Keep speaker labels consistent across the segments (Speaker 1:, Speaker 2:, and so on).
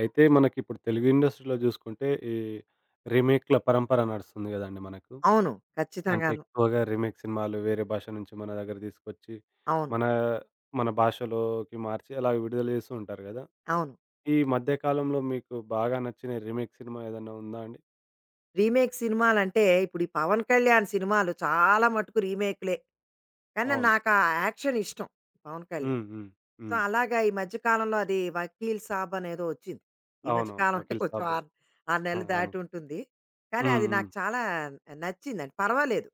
Speaker 1: అయితే మనకిప్పుడు తెలుగు ఇండస్ట్రీలో జూసుకుంటే, ఈ రీమేక్‌ల పరంపర నడుస్తుంది గదండీ మనకు.
Speaker 2: అవును.
Speaker 1: అంటే
Speaker 2: ఖచ్చితంగాను.
Speaker 1: ఎక్కువగా రీమేక్ సినిమాలు వేరే భాష నుంచి మన దగ్గర తీసుకొచ్చి,
Speaker 2: అవును.
Speaker 1: మన మన భాషలోకి మార్చి అలా విడుదల జేస్తూ ఉంటారు గదా!
Speaker 2: అవును.
Speaker 1: ఈ మధ్య కాలంలో మీకు బాగా నచ్చిన రీమేక్ సినిమా ఏదన్నా ఉందా అండి?
Speaker 2: రీమేక్ సినిమాలంటే ఇప్పుడు ఈ 'పవన్ కళ్యాణ్' సినిమాలు చాలా మటుకు రీమేక్‌లే. కానీ
Speaker 1: అవును.
Speaker 2: నాకా యాక్షన్ ఇష్టం, 'పవన్ కళ్యాణ్.'
Speaker 1: హ్మ్. హ్మ్.
Speaker 2: సో,
Speaker 1: హ్మ్.
Speaker 2: అలాగా ఈ మధ్య కాలంలో అది 'వకీల్ సాబ్' అనేదో వచ్చింది. ఈ మధ్య
Speaker 1: అవునవును.
Speaker 2: కాలం అంటే
Speaker 1: 'వకీల్
Speaker 2: కొంచెం
Speaker 1: సాబ్'
Speaker 2: ఆరు 6
Speaker 1: ఆ!
Speaker 2: నెలలు
Speaker 1: అవును.
Speaker 2: దాటి ఉంటుంది. కానీ
Speaker 1: హ్మ్.
Speaker 2: అది
Speaker 1: హ్మ్.
Speaker 2: నాకు చాలా నచ్చిందండి. పర్వాలేదు.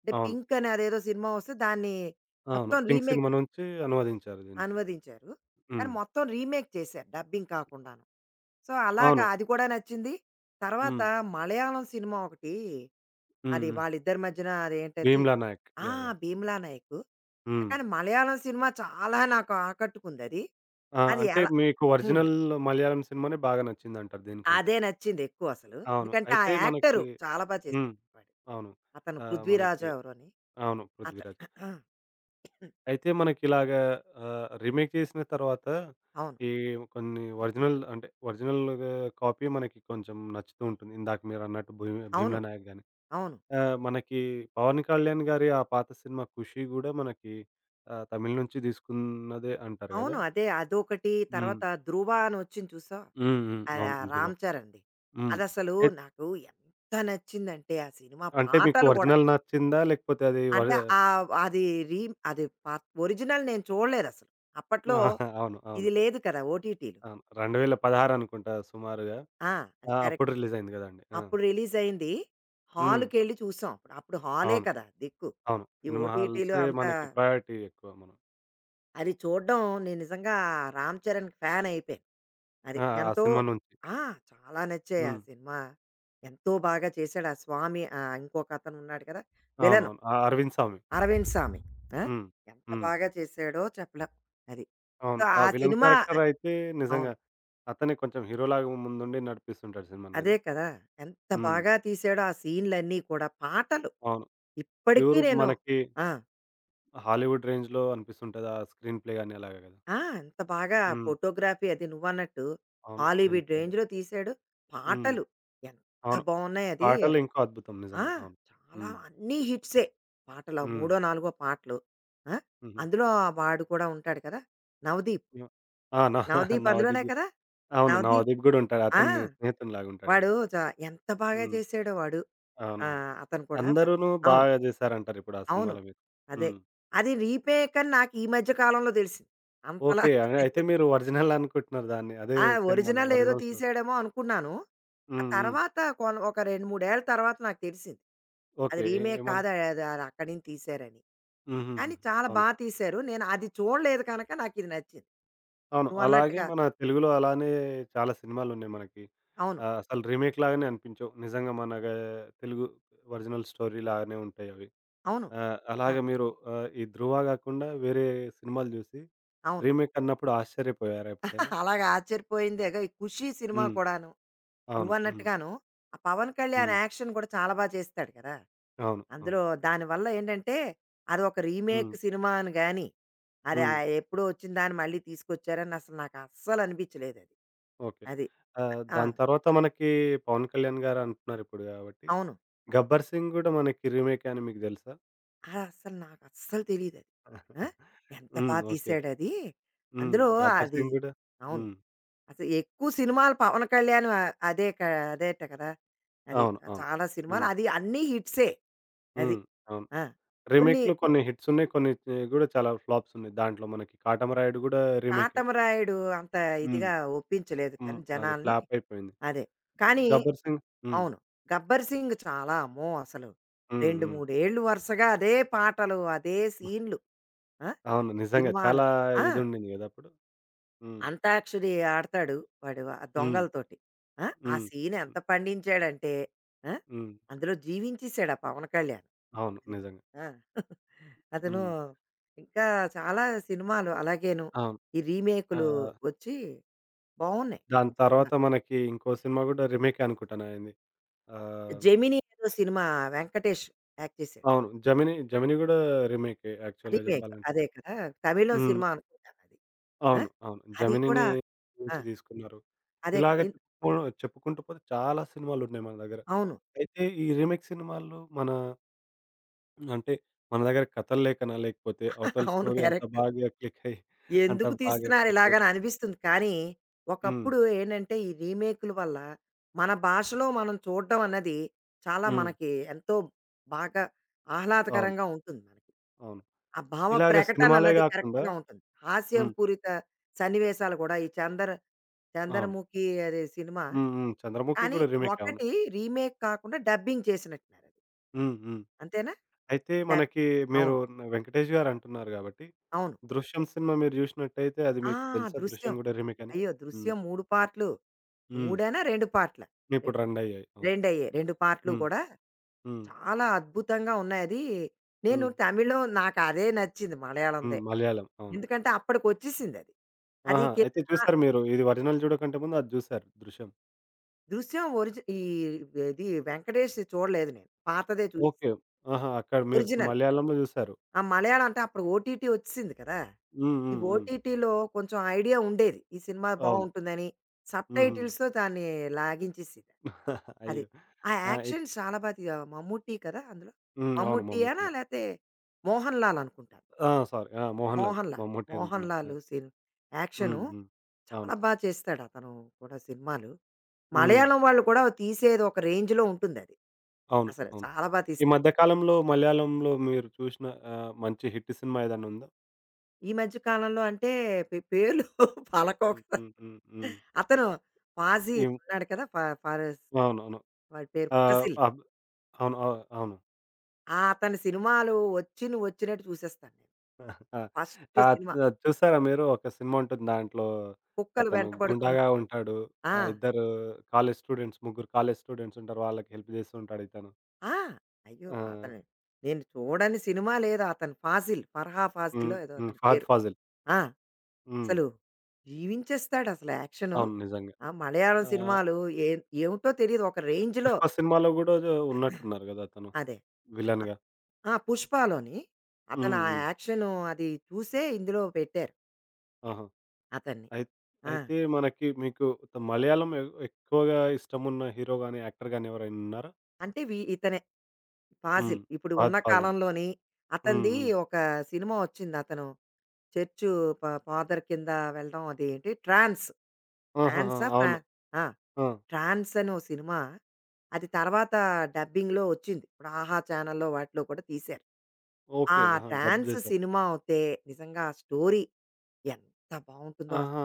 Speaker 2: అంటే
Speaker 1: అవును.
Speaker 2: 'పింక్' అని అదేదో సినిమా వస్తే దాన్ని
Speaker 1: అవును.
Speaker 2: మొత్తం
Speaker 1: 'పింక్'
Speaker 2: రీమేక్
Speaker 1: సినిమా నుంచి అనువదించారు దీనికి.
Speaker 2: అనువదించారు. కానీ
Speaker 1: హ్మ్.
Speaker 2: మొత్తం రీమేక్ చేశారు డబ్బింగ్ కాకుండాను. సో,
Speaker 1: అవును.
Speaker 2: అలాగా అది కూడా నచ్చింది. తర్వాత
Speaker 1: హ్మ్.
Speaker 2: మలయాళం సినిమా ఒకటి
Speaker 1: హ్మ్.
Speaker 2: అది
Speaker 1: హ్మ్.
Speaker 2: వాళ్ళిద్దరి మధ్యన అదేంటది.
Speaker 1: 'భీమ్లా నాయక్.'
Speaker 2: ఆ!
Speaker 1: యాహ్! యాహ్!
Speaker 2: 'భీమ్లా నాయక్.'
Speaker 1: హ్మ్.
Speaker 2: కానీ మలయాళం సినిమా చాలా నాకు ఆకట్టుకుందది.
Speaker 1: ఆ!
Speaker 2: అది అది
Speaker 1: అంటే
Speaker 2: ఎలా.
Speaker 1: మీకు
Speaker 2: హ్మ్.
Speaker 1: ఒరిజినల్ మలయాళం సినిమానే బాగా నచ్చిందంటారు దీనికంటే.
Speaker 2: అదే నచ్చింది ఎక్కువ అసలు.
Speaker 1: అవును.
Speaker 2: ఎందుకంటే ఆ
Speaker 1: అయితే
Speaker 2: యాక్టరు
Speaker 1: మనకి
Speaker 2: చాలా బా
Speaker 1: హ్మ్.
Speaker 2: చేశాడు వాడు.
Speaker 1: అవును.
Speaker 2: అతను
Speaker 1: ఆహ్, మనకి
Speaker 2: 'పృథ్వీరాజో' ఎవరోని.
Speaker 1: అవును.
Speaker 2: అత
Speaker 1: 'పృథ్వీరాజ్'. అయితే మనకిలాగా ఆహ్, రీమేక్ చేసిన తర్వాత
Speaker 2: అవును.
Speaker 1: ఈ కొన్ని ఒరిజినల్ అంటే ఒరిజినల్‌గా కాపీ మనకి కొంచెం నచ్చుతూ ఉంటుంది. ఇందాక మీరన్నట్టు భూమి
Speaker 2: అవును.
Speaker 1: 'భీమ్లా నాయక్' గాని.
Speaker 2: అవును.
Speaker 1: ఆహ్, మనకి పవన్ కళ్యాణ్ గారి ఆ పాత సినిమా 'ఖుషి' గూడా మనకి ఆహ్, తమిళ్ నుంచి తీసుకున్నదే అంటారు
Speaker 2: అవును.
Speaker 1: గదా!
Speaker 2: అదే అదొకటి.
Speaker 1: హ్మ్.
Speaker 2: తర్వాత 'ధ్రువ' అని వచ్చింది చూసావా?
Speaker 1: హ్మ్. హ్మ్.
Speaker 2: అది
Speaker 1: అవును.
Speaker 2: ఆ
Speaker 1: 'ధ్రువ'.
Speaker 2: 'రామ్ చరణ్‌ది'.
Speaker 1: హ్మ్.
Speaker 2: అదసలు నాకు ఎంత నచ్చిందంటే, ఆ సినిమా
Speaker 1: అంటే మీకు
Speaker 2: పాటలు గూడా.
Speaker 1: ఒరిజినల్ నచ్చిందా? లేకపోతే అది
Speaker 2: అంటే
Speaker 1: వర్
Speaker 2: అది రీమ్ అది పా ఒరిజినల్ నేను చూడలేదసలు. అప్పట్లో
Speaker 1: అవును. అవును.
Speaker 2: ఇది లేదు కదా! ఓటీటీలు.
Speaker 1: అవును. 2016 అనుకుంటా సుమారుగా.
Speaker 2: ఆ! అది
Speaker 1: ఆ! అప్పుడు
Speaker 2: కరెక్ట్.
Speaker 1: రిలీజ్ అయింది గదండీ. ఆ!
Speaker 2: అప్పుడు రిలీజయింది.
Speaker 1: హ్మ్.
Speaker 2: హాల్‌కెళ్ళి చూసాం. అప్పుడు అప్పుడు హాలే
Speaker 1: అవును.
Speaker 2: కదా దిక్కు.
Speaker 1: అవును.
Speaker 2: ఈ
Speaker 1: సినిమా
Speaker 2: ఓటీటీలు
Speaker 1: హాల్సే
Speaker 2: అంతా
Speaker 1: మనకి ప్రయారిటీ ఎక్కువ మనం.
Speaker 2: అది చూడ్డం నేను నిజంగా రామ్ చరణ్ ఫ్యాన్ అయిపోయాను. అది
Speaker 1: ఆ! ఆ
Speaker 2: ఎంతో.
Speaker 1: సినిమా నుంచి.
Speaker 2: ఆ! చాలా నచ్చాయి ఆ
Speaker 1: హ్మ్.
Speaker 2: సినిమా. ఎంతో బాగా చేశాడు ఆ స్వామి ఇంకొకతను ఉన్నాడు కదా! విలను.
Speaker 1: అవునవును. ఆ! 'అరవింద్ స్వామి'.
Speaker 2: అరవింద్ స్వామి. ఆ!
Speaker 1: హ్మ్.
Speaker 2: ఎంత
Speaker 1: హ్మ్.
Speaker 2: బాగా చేశాడో చెప్పలేం. అది. సో,
Speaker 1: అవును. ఆ
Speaker 2: ఆ
Speaker 1: విలన్
Speaker 2: సినిమా అ.
Speaker 1: క్యారెక్టర్ అయితే నిజంగా
Speaker 2: అవును.
Speaker 1: అతనే కొంచెం హీరోలాగా ముందుండి నడిపిస్తుంటాడు సినిమాని
Speaker 2: అదే
Speaker 1: గదా!
Speaker 2: కదా! ఎంత
Speaker 1: హ్మ్.
Speaker 2: బాగా తీశాడో ఆ సీన్‌లన్నీ కూడా. పాటలు
Speaker 1: అవును.
Speaker 2: ఇప్పటికీ
Speaker 1: ప్యూర్
Speaker 2: నేను.
Speaker 1: మనకి
Speaker 2: ఆ!
Speaker 1: హాలీవుడ్ రేంజ్‌లో అనిపిస్తుంటది. ఆ స్క్రీన్ ప్లే గాని అలాగే గదా!
Speaker 2: ఆ! ఎంత బాగా
Speaker 1: హ్మ్.
Speaker 2: ఫోటోగ్రఫీ అది నువ్వన్నట్టు
Speaker 1: అవును. Screen
Speaker 2: Hollywood
Speaker 1: play.
Speaker 2: రేంజ్‌లో తీశాడు.
Speaker 1: హ్మ్.
Speaker 2: పాటలు ఎంత
Speaker 1: అవును.
Speaker 2: బావున్నాయి అది.
Speaker 1: పాటలు ఇంకో అద్భుతం
Speaker 2: ఆ!
Speaker 1: నిజంగా. అవును.
Speaker 2: చాలా
Speaker 1: హ్మ్.
Speaker 2: అన్నీ హిట్సే. పాటలు ఆ
Speaker 1: హ్మ్.
Speaker 2: మూడో, నాలుగో పాటలు. ఆ!
Speaker 1: హుహు.
Speaker 2: అందులో ఆ వాడు కూడా ఉంటాడు కదా! నవదీప్.
Speaker 1: న ఆ! న
Speaker 2: నవదీప్ అందులోనే
Speaker 1: నవదీప్ గు-
Speaker 2: కదా!
Speaker 1: అవును.
Speaker 2: నవదీప్
Speaker 1: నవదీప్ గూడా ఉంటాడు.
Speaker 2: ఆ!
Speaker 1: అతని స్నేహితునిలాగా ఉంటాడు
Speaker 2: వాడు
Speaker 1: గదా!
Speaker 2: చ ఎంత బాగా
Speaker 1: హ్మ్.
Speaker 2: చేశాడో వాడు.
Speaker 1: అవునవును.
Speaker 2: అతను కూడా బ.
Speaker 1: అందరూను
Speaker 2: అవును.
Speaker 1: బాగా జేశారంటారు ఇప్పుడు ఆ
Speaker 2: అవును.
Speaker 1: సినిమాలో మీరు.
Speaker 2: అదే.
Speaker 1: హ్మ్.
Speaker 2: అది రీమేక్ అని నాకు ఈ మధ్య కాలంలో తెలిసింది. అంతలా
Speaker 1: ఓకే. అయితే మీరు ఒరిజినల్ అనుకుంటున్నారు దాన్ని. అదే
Speaker 2: ఆ!
Speaker 1: సేమ్ మన
Speaker 2: ఒరిజినల్ ఏదో
Speaker 1: ఒరిజినల్ స్టోరీ.
Speaker 2: తీసాడేమో అనుకున్నాను. ఆ
Speaker 1: హ్మ్. హ్మ్.
Speaker 2: తర్వాత కొన్ ఒక 2, 3 ఏళ్ల తర్వాత నాకు తెలిసింది. అది
Speaker 1: ఓకే. ఏ
Speaker 2: రీమేక్
Speaker 1: ఏమని
Speaker 2: కాదు అది అది అక్కడి నుంచి తీశారని.
Speaker 1: హుహుహు.
Speaker 2: కానీ చాలా
Speaker 1: అవును.
Speaker 2: బా తీశారు. నేను అది చూడలేదు కనుక నాకిది నచ్చింది.
Speaker 1: అవును. అలాగే
Speaker 2: నువ్వన్నట్టుగా.
Speaker 1: మన తెలుగులో అలానే చాలా సినిమాలున్నాయి మనకి.
Speaker 2: అవును.
Speaker 1: ఆహ్, అసలు రీమేక్ లాగానే అనిపించవు. నిజంగా మన గా తెలుగు ఒరిజినల్ స్టోరీ లాగానే ఉంటాయవి.
Speaker 2: అవును.
Speaker 1: ఆహ్,
Speaker 2: ఆ!
Speaker 1: అలాగే మీరు ఆహ్, ఈ 'ధ్రువ' గాకుండా వేరే సినిమాలు జూసి
Speaker 2: అవును.
Speaker 1: రీమేక్ అన్నప్పుడు ఆశ్చర్యపోయారా ఎప్పుడైనా?
Speaker 2: అలాగా ఆశ్చర్యపోయింది. అగో ఈ 'ఖుషి' సినిమా
Speaker 1: హ్మ్.
Speaker 2: కూడాను.
Speaker 1: అవును. హ్మ్.
Speaker 2: నువ్వన్నట్టుగాను. ఆ 'పవన్ కళ్యాణ్'
Speaker 1: హ్మ్.
Speaker 2: యాక్షన్ కూడా చాలా బా చేస్తాడు కదా!
Speaker 1: అవును. అవును.
Speaker 2: అందులో దానివల్ల ఏంటంటే, అదొక రీమేక్
Speaker 1: హ్మ్.
Speaker 2: సినిమా అని గాని, అది
Speaker 1: హ్మ్.
Speaker 2: ఎప్పుడో వచ్చిన దాన్ని మళ్ళీ తీసుకొచ్చారని అసలు నాకు అస్సలు అనిపించలేదది.
Speaker 1: ఓకే.
Speaker 2: అది.
Speaker 1: ఆహ్,
Speaker 2: అది ఆ!
Speaker 1: దాని తర్వాత మనకి 'పవన్ కళ్యాణ్' గారు అంటున్నారు ఇప్పుడు గాబట్టి
Speaker 2: అవును.
Speaker 1: 'గబ్బర్ సింగ్' గూడా మనకి రీమేకే అని మీకు దెలుసా?
Speaker 2: అదస్సలు నాకు అస్సలు తెలీదది.
Speaker 1: హ్మ్.
Speaker 2: ఆ! ఎంత బా
Speaker 1: ఓకే.
Speaker 2: తీశాడది.
Speaker 1: హ్మ్.
Speaker 2: అందులో
Speaker 1: 'గబ్బర్
Speaker 2: అది
Speaker 1: సింగ్' గూడా
Speaker 2: అవును.
Speaker 1: హ్మ్.
Speaker 2: అసలు ఎక్కువ సినిమాలు 'పవన్ కళ్యాణ్' అ- అదే క అదేట కదా! అది.
Speaker 1: అవును. అవును.
Speaker 2: చాలా సినిమాలు
Speaker 1: హ్మ్.
Speaker 2: అది అన్నీ హిట్సే. అది.
Speaker 1: హ్మ్. అవును.
Speaker 2: ఆ! కొన్ని
Speaker 1: రీమేక్‌లో కొన్ని హిట్స్ ఉన్నాయి. కొన్ని చే గూడా చాలా ఫ్లాప్స్ ఉన్నాయి. దాంట్లో మనకి 'కాటమరాయుడు' గూడా రీమేకే.
Speaker 2: కాటమరాయుడు అంత
Speaker 1: హ్మ్.
Speaker 2: ఇదిగా ఒప్పించలేదు
Speaker 1: హ్మ్.
Speaker 2: కానీ
Speaker 1: అది
Speaker 2: జనాల్ని.
Speaker 1: ఫ్లాప్ అయిపోయింది.
Speaker 2: అదే. కానీ
Speaker 1: 'గబ్బర్ సింగ్' హ్మ్.
Speaker 2: అవును. 'గబ్బర్ సింగ్' చాలా అమ్మో! అసలు
Speaker 1: హ్మ్.
Speaker 2: 2,
Speaker 1: హ్మ్.
Speaker 2: 3 ఏళ్ళు వరుసగా అదే పాటలు, అదే సీన్‌లు. ఆ!
Speaker 1: అవును. నిజంగా
Speaker 2: సినిమాలు.
Speaker 1: చాలా
Speaker 2: ఆ!
Speaker 1: ఇదుండింది గదా! అప్పుడు. హ్మ్.
Speaker 2: 'అంతాక్షరి' ఆడతాడు వాడు ఆ
Speaker 1: హ్మ్.
Speaker 2: దొంగలతోటి. ఆ! ఆ
Speaker 1: హ్మ్.
Speaker 2: సీన్
Speaker 1: హ్మ్.
Speaker 2: ఎంత పండించాడంటే! ఆ!
Speaker 1: హ్మ్.
Speaker 2: అందులో జీవించేసాడు ఆ 'పవన్ కళ్యాణ్'.
Speaker 1: అవును.
Speaker 2: అది.
Speaker 1: నిజంగా.
Speaker 2: ఆ! అతను
Speaker 1: హ్మ్.
Speaker 2: ఇంకా చాలా సినిమాలు అలాగేను.
Speaker 1: అవును.
Speaker 2: ఈ రీమేక్‌లు
Speaker 1: ఆహ్,
Speaker 2: వచ్చి బావున్నాయి
Speaker 1: దాని
Speaker 2: కొన్ని
Speaker 1: తర్వాత
Speaker 2: సినిమాలు.
Speaker 1: మనకి ఇంకో సినిమా గూడా రీమేకే అనుకుంటాను అయింది. ఆహ్,
Speaker 2: 'జెమినీ' ఏదో సినిమా 'వెంకటేష్' యాక్ట్ చేశాడు.
Speaker 1: అవును. 'జమినీ' గూడా రీమేకే
Speaker 2: అది
Speaker 1: యాక్చువల్‌గా
Speaker 2: రీమేక్
Speaker 1: జెప్పాలంటే.
Speaker 2: అదే కదా! తమిళం
Speaker 1: హ్మ్.
Speaker 2: సినిమా అనుకుంటాను అది. ఆ!
Speaker 1: అవును. అవును.
Speaker 2: అది
Speaker 1: 'జెమినీ'
Speaker 2: కూడా ఆ!
Speaker 1: నుంచి తీసుకున్నారు.
Speaker 2: అదే
Speaker 1: ఇలాగ
Speaker 2: కదా! ఇన్.
Speaker 1: చెప్పుకో చెప్పుకుంటూ పోతే చాలా సినిమాలున్నాయి మన దగ్గర.
Speaker 2: అవును.
Speaker 1: అయితే ఈ రీమేక్ సినిమాలు మన అంటే మన దగ్గర కథలు లేకనా? లేకపోతే అవతల
Speaker 2: అవును.
Speaker 1: స్టోరీ అంత
Speaker 2: కరెక్ట్.
Speaker 1: బాగా క్లిక్ అయ్యి అంత
Speaker 2: ఎందుకు
Speaker 1: బాగా
Speaker 2: తీస్తున్నారు
Speaker 1: క్లిక్ అయ్యి
Speaker 2: ఇలాగని అనిపిస్తుంది. కానీ,
Speaker 1: హ్మ్.
Speaker 2: ఒకప్పుడు ఏంటంటే ఈ రీమేక్‌ల వల్ల మన భాషలో మనం చూడడం అన్నది చాలా
Speaker 1: హ్మ్.
Speaker 2: మనకి ఎంతో బాగా
Speaker 1: అవును.
Speaker 2: ఆహ్లాదకరంగా ఉంటుంది మనకి.
Speaker 1: అవును.
Speaker 2: ఆ భావ
Speaker 1: ఇలాగ
Speaker 2: ప్రకటన
Speaker 1: సినిమాలే
Speaker 2: అన్నది
Speaker 1: గాకుండా
Speaker 2: కరెక్ట్‌గా ఉంటుంది. హాస్యం
Speaker 1: హ్మ్.
Speaker 2: పూరిత సన్నివేశాలు గూడా ఈ చందర్
Speaker 1: అవును.
Speaker 2: 'చంద్రముఖి' అదే సినిమా.
Speaker 1: హ్మ్. హ్మ్. 'చంద్రముఖి'
Speaker 2: కానీ
Speaker 1: గూడా రీమేకే అవును.
Speaker 2: ఒకటి రీమేక్ కాకుండా డబ్బింగ్ చేసినట్టున్నారది.
Speaker 1: హ్మ్. హ్మ్.
Speaker 2: అంతేనా?
Speaker 1: అయితే
Speaker 2: డబ్.
Speaker 1: మనకి మీరు
Speaker 2: అవును.
Speaker 1: న వెంకటేష్ గారు అంటున్నారు గాబట్టి,
Speaker 2: అవును.
Speaker 1: 'దృశ్యం' సినిమా మీరు జూషినట్టయితే అది
Speaker 2: ఆ!
Speaker 1: మీకు తెలుసా
Speaker 2: 'దృశ్యం'.
Speaker 1: 'దృశ్యం' గూడా రీమేక్ అని?
Speaker 2: అయ్యో!
Speaker 1: హ్మ్.
Speaker 2: 'దృశ్యం' 3 పార్ట్‌లు.
Speaker 1: హ్మ్.
Speaker 2: 3 2 పార్ట్‌లా? రె
Speaker 1: ఇప్పుడు 2 అయ్యాయి. అవును.
Speaker 2: రెండయ్యాయి. 2 పార్ట్‌లు
Speaker 1: హ్మ్.
Speaker 2: గూడా
Speaker 1: హ్మ్.
Speaker 2: చాలా అద్భుతంగా ఉన్నాయది. నేను
Speaker 1: హ్మ్.
Speaker 2: తమిళం నాకదే నచ్చింది
Speaker 1: హ్మ్.
Speaker 2: మలయాళందే.
Speaker 1: మలయాళం. అవును.
Speaker 2: ఎందుకంటే అప్పటికొచ్చేసిందది. అది
Speaker 1: ఆహా!
Speaker 2: అది
Speaker 1: అయితే
Speaker 2: కింద
Speaker 1: చూసారు మీరు ఇది ఒరిజినల్ జూడకంటే ముందు అది జూసారు 'దృశ్యం'.
Speaker 2: దృశ్యం ఒరిజి ఈ ఇది 'వెంకటేష్' చూడలేదు నేను. పాతదే చూసా.
Speaker 1: ఓకే. ఆహా! అక్కడ మీరు
Speaker 2: ఒరిజినల్.
Speaker 1: మలయాళంలో జూసారు.
Speaker 2: ఆ మలయాళం అంటే అప్పుడు ఓటీటీ వచ్చేసింది కదా!
Speaker 1: హ్మ్.
Speaker 2: ఈ
Speaker 1: హ్మ్. హ్మ్.
Speaker 2: ఓటీటీలో కొంచెం ఐడియా ఉండేది ఈ సినిమా
Speaker 1: అవును.
Speaker 2: బావుంటుందని. హ్మ్.
Speaker 1: హుహు.
Speaker 2: సబ్‌టైటిల్స్‌తో దాన్ని లాగించేసేది. అది.
Speaker 1: అయ్యో!
Speaker 2: ఆ
Speaker 1: ఆ! ఇప్
Speaker 2: యాక్షన్ చాలా బా తీ మమ్ముట్టి కదా అందులో.
Speaker 1: హ్మ్. అవును. 'మమ్మూటి'
Speaker 2: మమ్ముట్టియేనా
Speaker 1: గారు.
Speaker 2: లేతే మోహన్ లాల్ అనుకుంటాను.
Speaker 1: ఆ! సారీ. ఆ! 'మోహన్ లాల్'.
Speaker 2: మోహన్ లాల్.
Speaker 1: 'మమ్మూటి'
Speaker 2: మోహన్
Speaker 1: అనుకున్నాను. ఆ!
Speaker 2: లాల్ సిన్ యాక్షను
Speaker 1: హ్మ్. హ్మ్.
Speaker 2: చాలా
Speaker 1: అవును.
Speaker 2: బా చేస్తాడు అతను కూడా సినిమాలు.
Speaker 1: హ్మ్.
Speaker 2: మలయాళం వాళ్ళు కూడా తీసేది ఒక రేంజ్‌లో ఉంటుందది.
Speaker 1: అవును.
Speaker 2: అసలు
Speaker 1: అవును.
Speaker 2: చాలా బా
Speaker 1: ఈ
Speaker 2: తీస్తారు.
Speaker 1: మధ్య కాలంలో మలయాళంలో మీరు చూసిన ఆహ్, మంచి హిట్ సినిమా ఏదైనా ఉందా?
Speaker 2: ఈ మధ్య కాలంలో అంటే పే పేర్లు పలకవు
Speaker 1: హ్మ్.
Speaker 2: కదా!
Speaker 1: హ్మ్. హ్మ్. హ్మ్.
Speaker 2: అతను ఫాజీ
Speaker 1: ఇవ్
Speaker 2: ఉన్నాడు కదా! ఫ ఫారెస్
Speaker 1: అవునవును.
Speaker 2: వాడి పేరు
Speaker 1: ఆహ్,
Speaker 2: ఫాసిల్.
Speaker 1: అబ్ అవును. ఆహ్, అవును.
Speaker 2: ఆ అతని సినిమాలు వచ్చి నువ్వు వచ్చినట్టు చూసేస్తాను నేను.
Speaker 1: ఆ!
Speaker 2: ఫస్ట్
Speaker 1: ఆహ్,
Speaker 2: సినిమా
Speaker 1: చూసారా మీరు ఒక సినిమా ఉంటుంది దాంట్లో
Speaker 2: 'కుక్కలు
Speaker 1: అతను
Speaker 2: వెంటపడుతూ
Speaker 1: గుండాగా
Speaker 2: ఉంటాయి.'
Speaker 1: ఉంటాడు.
Speaker 2: ఆ!
Speaker 1: ఆ ఇద్దరు కాలేజ్ స్టూడెంట్స్, ముగ్గురు కాలేజ్ స్టూడెంట్స్ ఉంటారు. వాళ్ళకి హెల్ప్ చేస్తూ ఉంటాడు ఇతను.
Speaker 2: ఆ! అయ్యో!
Speaker 1: ఆ!
Speaker 2: అతను నేను చూడని సినిమా లేదు అతను ఫాసిల్. ఫర్హా
Speaker 1: హ్మ్.
Speaker 2: ఫాసిల్లో ఏదో
Speaker 1: హ్మ్.
Speaker 2: అతని
Speaker 1: ఫహద్
Speaker 2: పేరు.
Speaker 1: ఫాజిల్.
Speaker 2: ఆ!
Speaker 1: హ్మ్.
Speaker 2: అసలు జీవించేస్తాడసల యాక్షను.
Speaker 1: అవును. నిజంగా.
Speaker 2: ఆ! మలయాళం
Speaker 1: ఆహ్,
Speaker 2: సినిమాలు ఏ ఏమిటో తెలీదు. ఒక రేంజ్‌లో.
Speaker 1: 'పుష్ప' సినిమాలో గూడా ఉన్నట్టున్నారు గదా! అతను
Speaker 2: అదే. అ
Speaker 1: విలన్‌గా.
Speaker 2: ఆ! 'పుష్పలోని' అతను
Speaker 1: హ్మ్.
Speaker 2: ఆ
Speaker 1: హ్మ్.
Speaker 2: యాక్షను అది చూసే ఇందులో పెట్టారు
Speaker 1: ఆహా!
Speaker 2: అతన్ని.
Speaker 1: అయి
Speaker 2: ఆ!
Speaker 1: అయితే మనకి మీకు త మలయాళం ఎ ఎక్కువగా ఇష్టమున్న హీరో గాని, యాక్టర్ గాని ఎవరైనా ఉన్నారా?
Speaker 2: అంటే వీ ఇతనే
Speaker 1: హ్మ్.
Speaker 2: ఫాజిల్. ఇప్పుడు ఉన్న
Speaker 1: 'ఫహద్ ఫాజిల్.'
Speaker 2: కాలంలోని
Speaker 1: హ్మ్.
Speaker 2: అతనిది
Speaker 1: హ్మ్.
Speaker 2: ఒక సినిమా వచ్చింది. అతను చర్చు ఫ ఫాదర్ కింద వెళ్ళడం అదేంటి 'ట్రాన్స్'.
Speaker 1: ఆహాహా!
Speaker 2: ట్రాన్సా? ఫ్రా
Speaker 1: అవును.
Speaker 2: ఆ!
Speaker 1: ఆ!
Speaker 2: 'ట్రాన్స్' అని ఓ సినిమా. అది తర్వాత డబ్బింగ్‌లో వచ్చింది. ఇప్పుడు 'ఆహా' ఛానెల్‌లో వాటిలో కూడా తీశారు. ఆ
Speaker 1: ఓకే. ఆహా! డబ్
Speaker 2: ట్రాన్స్
Speaker 1: చేశారు.
Speaker 2: సినిమా అవుతే నిజంగా ఆ స్టోరీ ఎంత బావుంటుందో అసలు.
Speaker 1: ఆహా!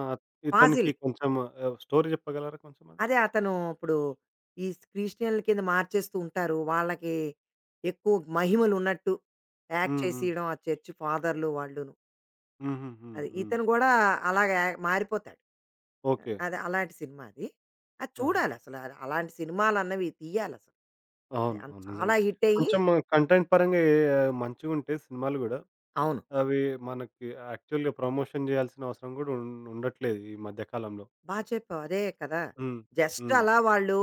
Speaker 1: ఇతనికి
Speaker 2: 'ఫాజిల్'.
Speaker 1: కొంచెం ఆహ్, స్టోరీ చెప్పగలరా కొంచెం అది?
Speaker 2: అదే అతను ఇప్పుడు ఈ క్రిస్టియన్‌ల కింద మార్చేస్తూ ఉంటారు. వాళ్ళకి ఎక్కువ మహిమలు ఉన్నట్టు యాక్ట్
Speaker 1: హ్మ్. హ్మ్.
Speaker 2: చేసేయడం ఆ చర్చ్ ఫాదర్‌లు వాళ్ళును.
Speaker 1: హుహుహు.
Speaker 2: అది
Speaker 1: హ్మ్.
Speaker 2: ఇతను గూడా అలాగే మారిపోతాడు.
Speaker 1: ఓకే.
Speaker 2: అది అలాంటి సినిమా అది. అది
Speaker 1: ఆహాహా!
Speaker 2: చూడాలసలు. అలాంటి సినిమాలన్నవి తీయాలసలు. అది
Speaker 1: అవును.
Speaker 2: అన్
Speaker 1: అవును.
Speaker 2: చాలా
Speaker 1: నిజంగా.
Speaker 2: హిట్ అయ్యి.
Speaker 1: కొంచెం కంటెంట్ పరంగా ఏ మంచిగుంటే సినిమాలు గూడా,
Speaker 2: అవును.
Speaker 1: అవి మనకి యాక్చువల్‌గా ప్రమోషన్ చేయాల్సిన అవసరం గూడా ఉం ఉండట్లేదు ఈ మధ్య కాలంలో.
Speaker 2: బా చెప్పావు. అదే కదా!
Speaker 1: హ్మ్.
Speaker 2: జస్ట్
Speaker 1: హ్మ్.
Speaker 2: అలా వాళ్ళు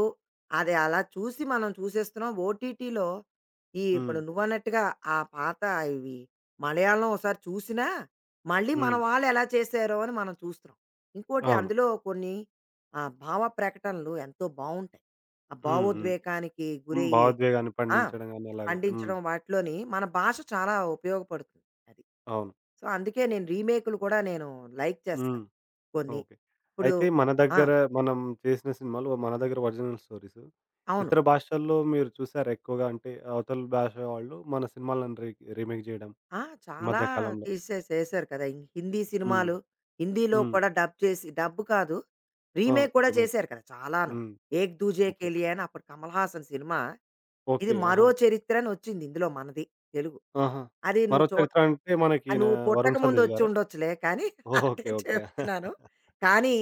Speaker 2: అది అలా చూసి మనం చూసేస్తున్నాం. ఓటీటీలో ఈ ఇప్పుడు
Speaker 1: హ్మ్.
Speaker 2: నువ్వన్నట్టుగా ఆ పాత ఇవి మలయాళం ఒకసారి చూసినా, మళ్ళీ మన
Speaker 1: హ్మ్.
Speaker 2: వాళ్ళు ఎలా చేశారో అని మనం చూస్తున్నాం. ఇంకోటి
Speaker 1: అవును.
Speaker 2: అందులో కొన్ని భావ ప్రకటనలు ఎంతో బావుంటాయి. ఆ
Speaker 1: హ్మ్. హ్మ్.
Speaker 2: భావోద్వేగానికి
Speaker 1: హ్మ్.
Speaker 2: గురయ్యి
Speaker 1: భావోద్వేగాన్ని
Speaker 2: ఆ!
Speaker 1: పండించడం గాని అలాగే. హ్మ్.
Speaker 2: పండించడం వాటిలోని మన భాష చాలా ఉపయోగపడుతుంది అది.
Speaker 1: అవును.
Speaker 2: సో, అందుకే నేను రీమేక్‌లు కూడా నేను లైక్
Speaker 1: హ్మ్.
Speaker 2: చేస్తాను కొన్ని.
Speaker 1: ఓకే.
Speaker 2: ఇప్పుడు
Speaker 1: అయితే మన
Speaker 2: ఆ!
Speaker 1: దగ్గర మనం చేసిన సినిమాలు మన దగ్గర ఒరిజినల్ స్టోరీసు.
Speaker 2: అవును.
Speaker 1: ఇతర భాషల్లో మీరు చూసారా ఎక్కువగా? అంటే అవతల భాష వాళ్ళు మన సినిమాలను రీ రీమేక్ జేయడం
Speaker 2: ఆ!
Speaker 1: ఈ
Speaker 2: చాలా
Speaker 1: మధ్య కాలంలో.
Speaker 2: తీసేసి చేశారు కదా! ఇం- హిందీ
Speaker 1: హ్మ్.
Speaker 2: సినిమాలు. హిందీలో
Speaker 1: హ్మ్.
Speaker 2: కూడా డబ్ చేసి డబ్ కాదు.
Speaker 1: ఆ!
Speaker 2: రీమేక్ కూడా
Speaker 1: రీమేక్.
Speaker 2: చేశారు కదా! చాలాను.
Speaker 1: హ్మ్.
Speaker 2: 'ఏక్ దూజే కే
Speaker 1: ఓకే.
Speaker 2: లియే' అని అప్పుడు కమల్ హాసన్ సినిమా. ఇది
Speaker 1: ఓకే.
Speaker 2: 'మరో
Speaker 1: ఆహా!
Speaker 2: చరిత్ర' అని వచ్చింది ఇందులో మనది తెలుగు.
Speaker 1: ఆహా!
Speaker 2: అది
Speaker 1: మరో
Speaker 2: నువ్వు చూ
Speaker 1: చరిత్ర అంటే మనకి
Speaker 2: ఆ
Speaker 1: ఈయన
Speaker 2: నువ్వు
Speaker 1: 'వరుణ్
Speaker 2: పుట్టకముందు
Speaker 1: సందేశ్'
Speaker 2: వచ్చి
Speaker 1: గారా?
Speaker 2: ఉండొచ్చులే కానీ. అదే
Speaker 1: ఓకే. ఓకే.
Speaker 2: చెప్తున్నాను. కానీ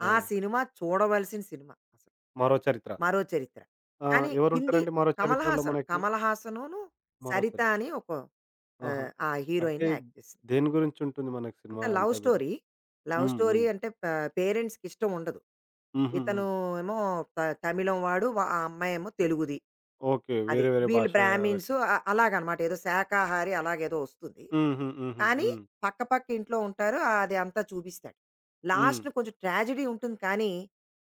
Speaker 1: ఆ!
Speaker 2: ఆ సినిమా చూడవలసిన సినిమా అసలు
Speaker 1: 'మరో చరిత్ర.'
Speaker 2: 'మరో చరిత్ర.'
Speaker 1: ఆ!
Speaker 2: కానీ హిందీ
Speaker 1: ఎవరుంటారండి 'మరో
Speaker 2: కమల్
Speaker 1: చరిత్రలో'
Speaker 2: హాసన్,
Speaker 1: మనకి?
Speaker 2: కమల్ హాసనును
Speaker 1: 'మరో
Speaker 2: సరిత
Speaker 1: చరిత్ర.'
Speaker 2: అని ఒక
Speaker 1: ఆహా!
Speaker 2: ఆ
Speaker 1: అంటే
Speaker 2: హీరోయిన్ యాక్ట్ చేసింది.
Speaker 1: దేని గురించుంటుంది మనకి
Speaker 2: అంటే
Speaker 1: సినిమా
Speaker 2: లవ్
Speaker 1: అంతా గూడా?
Speaker 2: స్టోరీ. లవ్
Speaker 1: హ్మ్.
Speaker 2: స్టోరీ
Speaker 1: హ్మ్.
Speaker 2: అంటే ప పేరెంట్స్‌కి ఇష్టం ఉండదు.
Speaker 1: హుహు. హ్మ్.
Speaker 2: ఇతను ఏమో త తమిళం వాడు. వ ఆ అమ్మాయేమో తెలుగుది.
Speaker 1: ఓకే.
Speaker 2: అది.
Speaker 1: వేరే వేరే
Speaker 2: వీళ్ళు
Speaker 1: భాషా
Speaker 2: బ్రాహ్మిన్స్
Speaker 1: వ్యక్తులు.
Speaker 2: అ అలాగనమాట. ఏదో శాకాహారి అలాగేదో ఒస్తుంది.
Speaker 1: హుహు. హుహు.
Speaker 2: కానీ
Speaker 1: హ్మ్.
Speaker 2: పక్క పక్క ఇంట్లో ఉంటారు. అది అంతా చూపిస్తాడు.
Speaker 1: హ్మ్.
Speaker 2: లాస్ట్‌న కొంచెం ట్రాజెడీ ఉంటుంది కానీ,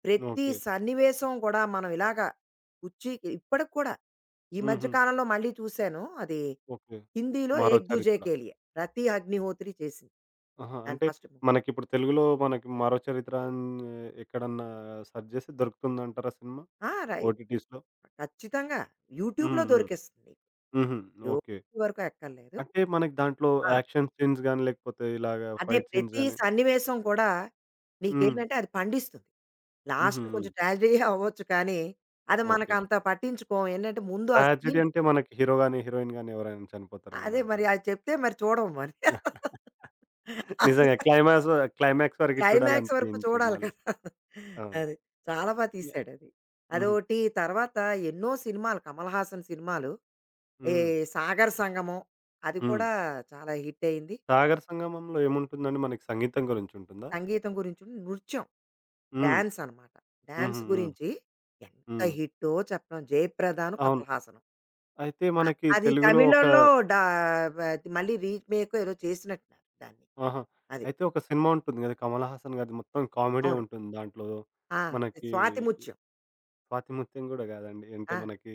Speaker 2: ప్రతి
Speaker 1: ఓకే.
Speaker 2: సన్నివేశం గూడా మనం ఇలాగా కుర్చీకి ఇప్పటికి కూడా ఈ మధ్య
Speaker 1: హుహు.
Speaker 2: కాలంలో మళ్ళీ చూశాను అది.
Speaker 1: ఓకే.
Speaker 2: హిందీలో
Speaker 1: మరో
Speaker 2: 'ఏక్ దూజే
Speaker 1: చరిత్ర.
Speaker 2: కే లియే' 'రతి అగ్నిహోత్రి' చేసింది.
Speaker 1: ఆహా!
Speaker 2: దాని
Speaker 1: అంటే
Speaker 2: ఫస్ట్ ము.
Speaker 1: మనకిప్పుడు తెలుగులో మనకి మరో చరిత్ర అని ఎక్కడన్నా సెర్చ్ చేస్తే దొరుకుతుందంటారా సినిమా?
Speaker 2: ఆ! రై
Speaker 1: ఓటీటీస్‌లో?
Speaker 2: ఖచ్చితంగా.
Speaker 1: హ్మ్.
Speaker 2: యూట్యూబ్‌లో
Speaker 1: హ్మ్.
Speaker 2: దొరికేస్తుంది నీకు.
Speaker 1: హుహు. ఓకే.
Speaker 2: యూట్యూబ్ వరకు ఎక్కర్లేదు.
Speaker 1: అంటే మనకి దాంట్లో
Speaker 2: ఆ!
Speaker 1: యాక్షన్ సీన్స్ గాని లేకపోతే ఇలాగ
Speaker 2: అంటే
Speaker 1: ఫైట్ సీన్స్
Speaker 2: ప్రతి
Speaker 1: గాని
Speaker 2: సన్నివేశం కూడా
Speaker 1: హ్మ్.
Speaker 2: నీకేంటంటే అది పండిస్తుంది.
Speaker 1: హుహు.
Speaker 2: లాస్ట్‌లో
Speaker 1: హ్మ్.
Speaker 2: కొంచెం ట్రాజడీ అవ్వచ్చు కానీ, అది
Speaker 1: ఓకే.
Speaker 2: మనకంత పట్టించుకోం. ఏంటంటే ముందు ఆ
Speaker 1: ట్రాజెడీ
Speaker 2: సీన్‌లు.
Speaker 1: అంటే మనకి హీరో గాని, హీరోయిన్ గాని ఎవరైనా చనిపోతారేమో
Speaker 2: అదే
Speaker 1: దాంట్లో
Speaker 2: మరి,
Speaker 1: ఇంక.
Speaker 2: అది చెప్తే మరి చూడం మరి.
Speaker 1: నిజంగా
Speaker 2: అందుకని
Speaker 1: క్లైమాక్స్ క్లైమాక్స్ వరకు
Speaker 2: క్లైమాక్స్ వరకు
Speaker 1: చూడాలనిపించదు
Speaker 2: చూడాలి
Speaker 1: మళ్ళీ.
Speaker 2: కదా!
Speaker 1: అవును.
Speaker 2: అది. చాలా బా
Speaker 1: యాహ్!
Speaker 2: తీశాడది.
Speaker 1: హుహు.
Speaker 2: అదోటి తర్వాత ఎన్నో సినిమాలు కమల్ హాసన్ సినిమాలు. ఈ
Speaker 1: హ్మ్.
Speaker 2: 'సాగర సంగమం' అది
Speaker 1: హ్మ్.
Speaker 2: కూడా చాలా హిట్ అయింది.
Speaker 1: 'సాగర్ సంగమంలో' ఏముంటుందండి? మనకి సంగీతం గురించి ఉంటుందా?
Speaker 2: సంగీతం గురించి ఉన్న నృత్యం
Speaker 1: హ్మ్.
Speaker 2: డాన్స్ అనమాట.
Speaker 1: హుహు.
Speaker 2: డాన్స్
Speaker 1: హ్మ్.
Speaker 2: గురించి ఎంత
Speaker 1: హ్మ్.
Speaker 2: హిట్టో చెప్పడం 'జయప్రదను,
Speaker 1: అవును.
Speaker 2: కమల్ హాసను.'
Speaker 1: అయితే మనకి
Speaker 2: అది
Speaker 1: తెలుగులో ఒక
Speaker 2: తమిళంలో డా వ మళ్ళీ రీమేకో ఏదో చేసినట్టున్నారు దాన్ని.
Speaker 1: ఆహా!
Speaker 2: అది.
Speaker 1: అయితే ఒక సినిమా ఉంటుంది కదా! కమల్ హాసన్ గారిది మొత్తం కామెడీయే
Speaker 2: అవును.
Speaker 1: ఉంటుంది దాంట్లో.
Speaker 2: ఆ!
Speaker 1: మనకి
Speaker 2: 'స్వాతి ముత్యం.'
Speaker 1: 'స్వాతి ముత్యం' గూడా కాదండి. అంటే
Speaker 2: ఆ!
Speaker 1: మనకి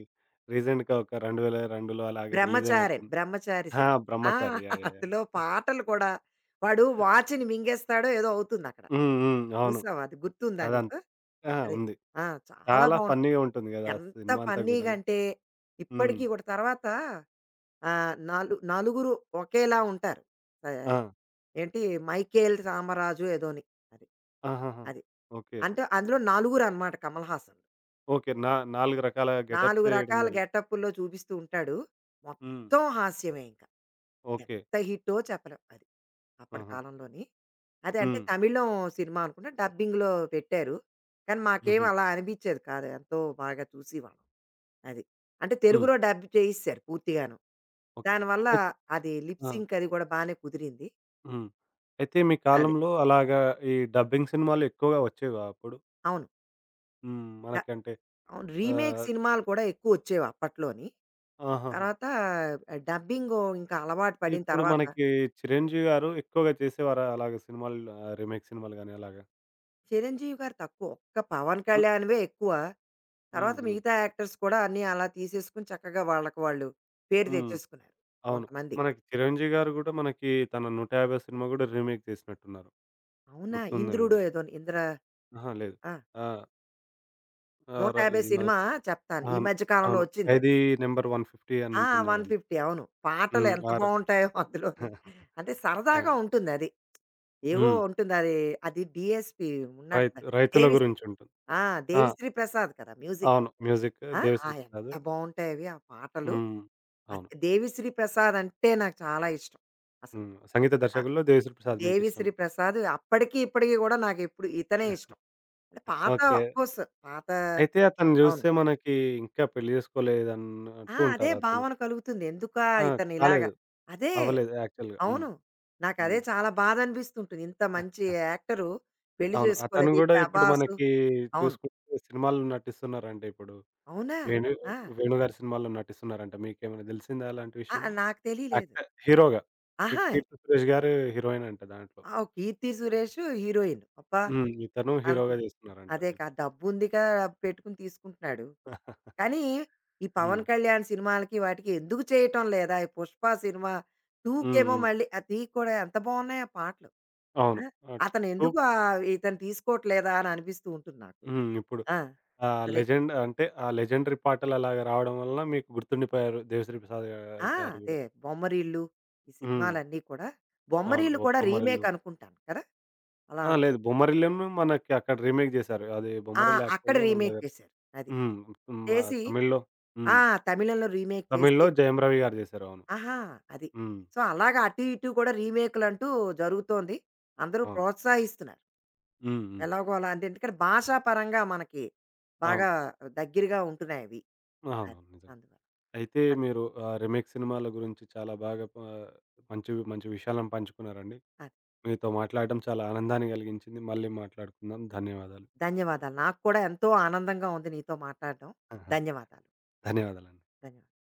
Speaker 1: రీసెంట్‌గా ఒక 2002లో అలాగా రిలీజ్
Speaker 2: బ్రహ్మచారిణి.
Speaker 1: అయినట్టుంది.
Speaker 2: బ్రహ్మచారి
Speaker 1: ఆ!
Speaker 2: సినిమా. ఆ!
Speaker 1: బ్రహ్మచారి. యాహ్! యాహ్! యాహ్!
Speaker 2: అందులో పాటలు కూడా వాడు వాచ్‌ని మింగేస్తాడో ఏదో అవుతుందక్కడ.
Speaker 1: హ్మ్. హ్మ్. అవును.
Speaker 2: చూసావా అది, గుర్తుందా
Speaker 1: అదం
Speaker 2: నీకు?
Speaker 1: ఆ!
Speaker 2: అది.
Speaker 1: ఉంది.
Speaker 2: ఆ! చాలా
Speaker 1: చాలా
Speaker 2: బావుంటుంది.
Speaker 1: ఫన్నీగా ఉంటుంది గదా! ఆ
Speaker 2: ఎంత
Speaker 1: సినిమా అంతా గూడాను.
Speaker 2: ఫన్నీగంటే
Speaker 1: హ్మ్.
Speaker 2: ఇప్పటికి కూడా తర్వాత నలు నలుగురు ఒకేలా ఉంటారు. ఆహ్,
Speaker 1: ఆ!
Speaker 2: ఏంటి 'మైకేల్ రామరాజు' ఏదోని అది.
Speaker 1: ఆహాహా!
Speaker 2: అది.
Speaker 1: ఓకే.
Speaker 2: అంటే అందులో నలుగురనమాట 'కమల్ హాసన్.'
Speaker 1: ఓకే. నా 4 రకాల
Speaker 2: నాలుగు
Speaker 1: గెటప్స్ ఏయడం
Speaker 2: రకాల
Speaker 1: జరిగింది.
Speaker 2: గెటప్పుల్లో చూపిస్తూ ఉంటాడు.
Speaker 1: హ్మ్.
Speaker 2: మొత్తం హాస్యమే ఇంక.
Speaker 1: ఓకే.
Speaker 2: ఎంత హిట్టో చెప్పలేం అది. అప్పటి
Speaker 1: ఆహా!
Speaker 2: కాలంలోని. అదే అంటే
Speaker 1: హ్మ్.
Speaker 2: తమిళం సినిమా అనుకుంటా డబ్బింగ్‌లో పెట్టారు. కానీ మాకేం
Speaker 1: హుహు.
Speaker 2: అలా అనిపించేది కాదు. ఎంతో బాగా చూసేవాళ్ళం. అది. అంటే
Speaker 1: హ్మ్.
Speaker 2: తెలుగులో డబ్ చేయిస్తారు పూర్తిగాను.
Speaker 1: ఓకే.
Speaker 2: దానివల్ల
Speaker 1: అయిత్
Speaker 2: అది లిప్
Speaker 1: ఆ!
Speaker 2: సింక్ అది కూడా బానే కుదిరింది.
Speaker 1: హ్మ్. అయితే మీ
Speaker 2: అదే.
Speaker 1: కాలంలో అలాగా ఈ డబ్బింగ్ సినిమాలు ఎక్కువగా వచ్చేవా అప్పుడు?
Speaker 2: అవును.
Speaker 1: హ్మ్.
Speaker 2: డ
Speaker 1: మనకంటే
Speaker 2: అవును. రీమేక్
Speaker 1: ఆహ్,
Speaker 2: సినిమాలు కూడా ఎక్కువొచ్చేవి అప్పట్లోని.
Speaker 1: ఆహాహా!
Speaker 2: తర్వాత డబ్బింగు ఇంకా అలవాటు పడిన
Speaker 1: ఇప్పుడు
Speaker 2: తర్వాత.
Speaker 1: మనకి 'చిరంజీవి' గారు ఎక్కువగా చేసేవారా అలాగ సినిమాలు ఆహ్, రీమేక్ సినిమాలు గాని అలాగా?
Speaker 2: చిరంజీవి గారు తక్కువ. ఒక్క 'పవన్ కళ్యాణ్‌వే' ఎక్కువ.
Speaker 1: హ్మ్.
Speaker 2: తర్వాత
Speaker 1: హ్మ్.
Speaker 2: మిగతా యాక్టర్స్ కూడా అన్నీ అలా తీసేసుకొని చక్కగా వాళ్ళకి వాళ్ళు పేరు
Speaker 1: హ్మ్.
Speaker 2: తెచ్చేసుకున్నారు
Speaker 1: అవును.
Speaker 2: కొంతమంది.
Speaker 1: మనకి 'చిరంజీవి' గారు గూడా మనకి తన 150 సినిమా గూడా రీమేక్ చేసినట్టున్నారు.
Speaker 2: అవునా?
Speaker 1: గుర్తుందేమో
Speaker 2: 'ఇంద్రుడో'
Speaker 1: మీకు.
Speaker 2: ఏదోను 'ఇంద్ర'.
Speaker 1: అహా! లేదు.
Speaker 2: ఆ!
Speaker 1: ఆ! ఆహ్, ర
Speaker 2: 150
Speaker 1: ఇది
Speaker 2: సినిమా
Speaker 1: మనకి
Speaker 2: చెప్తాను. ఈ
Speaker 1: అవును.
Speaker 2: మధ్య కాలంలో
Speaker 1: అవును.
Speaker 2: వచ్చిందది.
Speaker 1: 'ఖైదీ నంబర్ 150' అని
Speaker 2: ఆ!
Speaker 1: ఉంటుంది జూడండి.
Speaker 2: 150. అవును. పాటలు
Speaker 1: హ్మ్.
Speaker 2: ఎంత
Speaker 1: ఆర్
Speaker 2: బావుంటాయో అందులోని. అంటే
Speaker 1: ఆ!
Speaker 2: సరదాగా ఉంటుందది. ఏవో
Speaker 1: హ్మ్.
Speaker 2: ఉంటుందది. అది డీఎస్‌పీ ఉన్నాడు
Speaker 1: రైతు
Speaker 2: కదా!
Speaker 1: రైతుల
Speaker 2: దేవిస్
Speaker 1: గురించి ఉంటుంది.
Speaker 2: ఆ!
Speaker 1: ఆ!
Speaker 2: దేవిశ్రీ ప్రసాద్ కదా మ్యూజిక్.
Speaker 1: అవును. మ్యూజిక్
Speaker 2: ఆ! ఆ!
Speaker 1: 'దేవిశ్రీ
Speaker 2: ఎంత
Speaker 1: ప్రసాద్'
Speaker 2: బావుంటాయవి ఆ పాటలు.
Speaker 1: హ్మ్.
Speaker 2: అది
Speaker 1: అవును.
Speaker 2: 'దేవిశ్రీ ప్రసాద్' అంటే నాకు చాలా ఇష్టం అసలు.
Speaker 1: హ్మ్. సంగీత
Speaker 2: ఆ!
Speaker 1: దర్శకుల్లో 'దేవిశ్రీ ప్రసాద్' మీకిష్టం.
Speaker 2: 'దేవిశ్రీ ప్రసాద్' అప్పటికి, ఇప్పటికి కూడా నాకెప్పుడు ఇతనే ఇష్టం. అంటే పాత
Speaker 1: ఓకే.
Speaker 2: అఫ్‌కోర్స్ పాత.
Speaker 1: అయితే అతను
Speaker 2: అవును.
Speaker 1: జూస్తే మనకి ఇంకా పెళ్లి
Speaker 2: ఆ!
Speaker 1: జేసుకోలేదన్నట్టు
Speaker 2: అదే
Speaker 1: ఉంటారు అతను.
Speaker 2: భావన కలుగుతుంది. ఎందుకా
Speaker 1: ఆ!
Speaker 2: ఇతను ఇలాగ
Speaker 1: కాలేదు.
Speaker 2: అదే.
Speaker 1: అవ్వలేదు యాక్చువల్‌గా. హ్మ్.
Speaker 2: అవును. నాకదే
Speaker 1: హ్మ్.
Speaker 2: చాలా బాధనిపిస్తుంటుంది. ఇంత మంచి యాక్టరు పెళ్లి
Speaker 1: అవును. అతను
Speaker 2: చేసుకోలేదు. ఈ
Speaker 1: గూడా ఇప్పుడు
Speaker 2: 'ప్రభాసు'.
Speaker 1: మనకి
Speaker 2: అవును.
Speaker 1: చూసుకుంటే సినిమాల్లో నటిస్తున్నారంట ఇప్పుడు.
Speaker 2: అవునా?
Speaker 1: వేణు
Speaker 2: ఆ!
Speaker 1: వేణుగారి సినిమాల్లో నటిస్తున్నారంట. మీకేమైనా దెలిసిందా అలాంటి
Speaker 2: ఆ!
Speaker 1: విషయము?
Speaker 2: నాకు తెలియలేదు.
Speaker 1: యాక్టర్ హీరోగా. కి
Speaker 2: ఆహా!
Speaker 1: 'కీర్తి సురేష్' గారు హీరోయిన్ అంట దాంట్లో.
Speaker 2: ఓహ్! 'కీర్తి సురేష్' హీరోయిన్. అబ్బా!
Speaker 1: హ్మ్. ఇతను
Speaker 2: అన్నది.
Speaker 1: హీరోగా జేస్తున్నారంట.
Speaker 2: అదే కా డబ్బుందిగా పెట్టుకుని తీసుకుంటున్నాడు. కానీ, ఈ పవన్
Speaker 1: హ్మ్.
Speaker 2: కళ్యాణ్ సినిమాలకి వాటికి ఎందుకు చేయటం లేదా? ఈ 'పుష్ప' సినిమా
Speaker 1: హ్మ్.
Speaker 2: 2కేమో
Speaker 1: హ్మ్.
Speaker 2: మళ్ళీ ఆ 3 కూడా ఎంత బావున్నాయి ఆ పాటలు.
Speaker 1: అవును.
Speaker 2: ఆ!
Speaker 1: ఆ!
Speaker 2: అతను
Speaker 1: 2
Speaker 2: ఎందుకు ఇతను తీసుకోవట్లేదా అని అనిపిస్తూ ఉంటుంది నాకు.
Speaker 1: హ్మ్. ఇప్పుడు
Speaker 2: ఆ!
Speaker 1: ఆ
Speaker 2: అదే.
Speaker 1: లెజెండ్ అంటే ఆ లెజెండరీ పాటలు అలాగా రావడం వలన మీకు గుర్తుండిపోయారు 'దేవిశ్రీ ప్రసాద్' గా
Speaker 2: ఆ!
Speaker 1: గారు
Speaker 2: అదే
Speaker 1: గూడా.
Speaker 2: 'బొమ్మరీళ్ళు' ఈ
Speaker 1: హ్మ్.
Speaker 2: సినిమాలన్నీ కూడా
Speaker 1: అవును.
Speaker 2: 'బొమ్మరీళ్ళు'
Speaker 1: 'ఓ
Speaker 2: కూడా రీమేక్
Speaker 1: బొమ్మరిల్లు.'
Speaker 2: అనుకుంటాను కదా! అలా
Speaker 1: ఆ!
Speaker 2: అను
Speaker 1: లేదు. 'బొమ్మరిల్లు'ను మనకి అక్కడ రీమేక్ జేశారు. అది
Speaker 2: ఆ!
Speaker 1: 'బొమ్మరిల్లు'
Speaker 2: అక్కడ
Speaker 1: యాక్చువల్‌గా మన
Speaker 2: రీమేక్
Speaker 1: దగ్గర
Speaker 2: చేశారు. అది.
Speaker 1: హ్మ్. హ్మ్. ఆహ్,
Speaker 2: చేసి
Speaker 1: తమిళ్‌లో హ్మ్.
Speaker 2: ఆ! తమిళంలో రీమేక్ చేసి
Speaker 1: తమిళ్‌లో 'జయం రవి' గారు జేశారు. అవును.
Speaker 2: ఆహా! అది.
Speaker 1: హ్మ్.
Speaker 2: సో, అలాగా అటు ఇటు కూడా రీమేక్‌లంటూ జరుగుతోంది. అందరూ
Speaker 1: అవును.
Speaker 2: ప్రోత్సహిస్తున్నారు.
Speaker 1: హ్మ్. హ్మ్.
Speaker 2: ఎలాగో అలా అంటే, ఎందుకంటే భాషా పరంగా మనకి
Speaker 1: అవును.
Speaker 2: బాగా దగ్గరగా ఉంటున్నాయవి. అది.
Speaker 1: అవునవును. నిజంగా.
Speaker 2: అందువల్ల.
Speaker 1: అయితే
Speaker 2: అది.
Speaker 1: మీరు ఆహ్, రీమేక్ సినిమాల గురించి చాలా బాగా ప మంచి, మంచి విషయాలను పంచుకున్నారండి.
Speaker 2: అది.
Speaker 1: మీతో మాట్లాడడం చాలా ఆనందాన్ని గలిగించింది. మళ్ళీ మాట్లాడుకుందాం. ధన్యవాదాలు.
Speaker 2: ధన్యవాదాలు. నాకు కూడా ఎంతో ఆనందంగా ఉంది నీతో మాట్లాడడం.
Speaker 1: ఆహా!
Speaker 2: ధన్యవాదాలు.
Speaker 1: ధన్యవాదాలండి.
Speaker 2: ధన్యవాదాలు.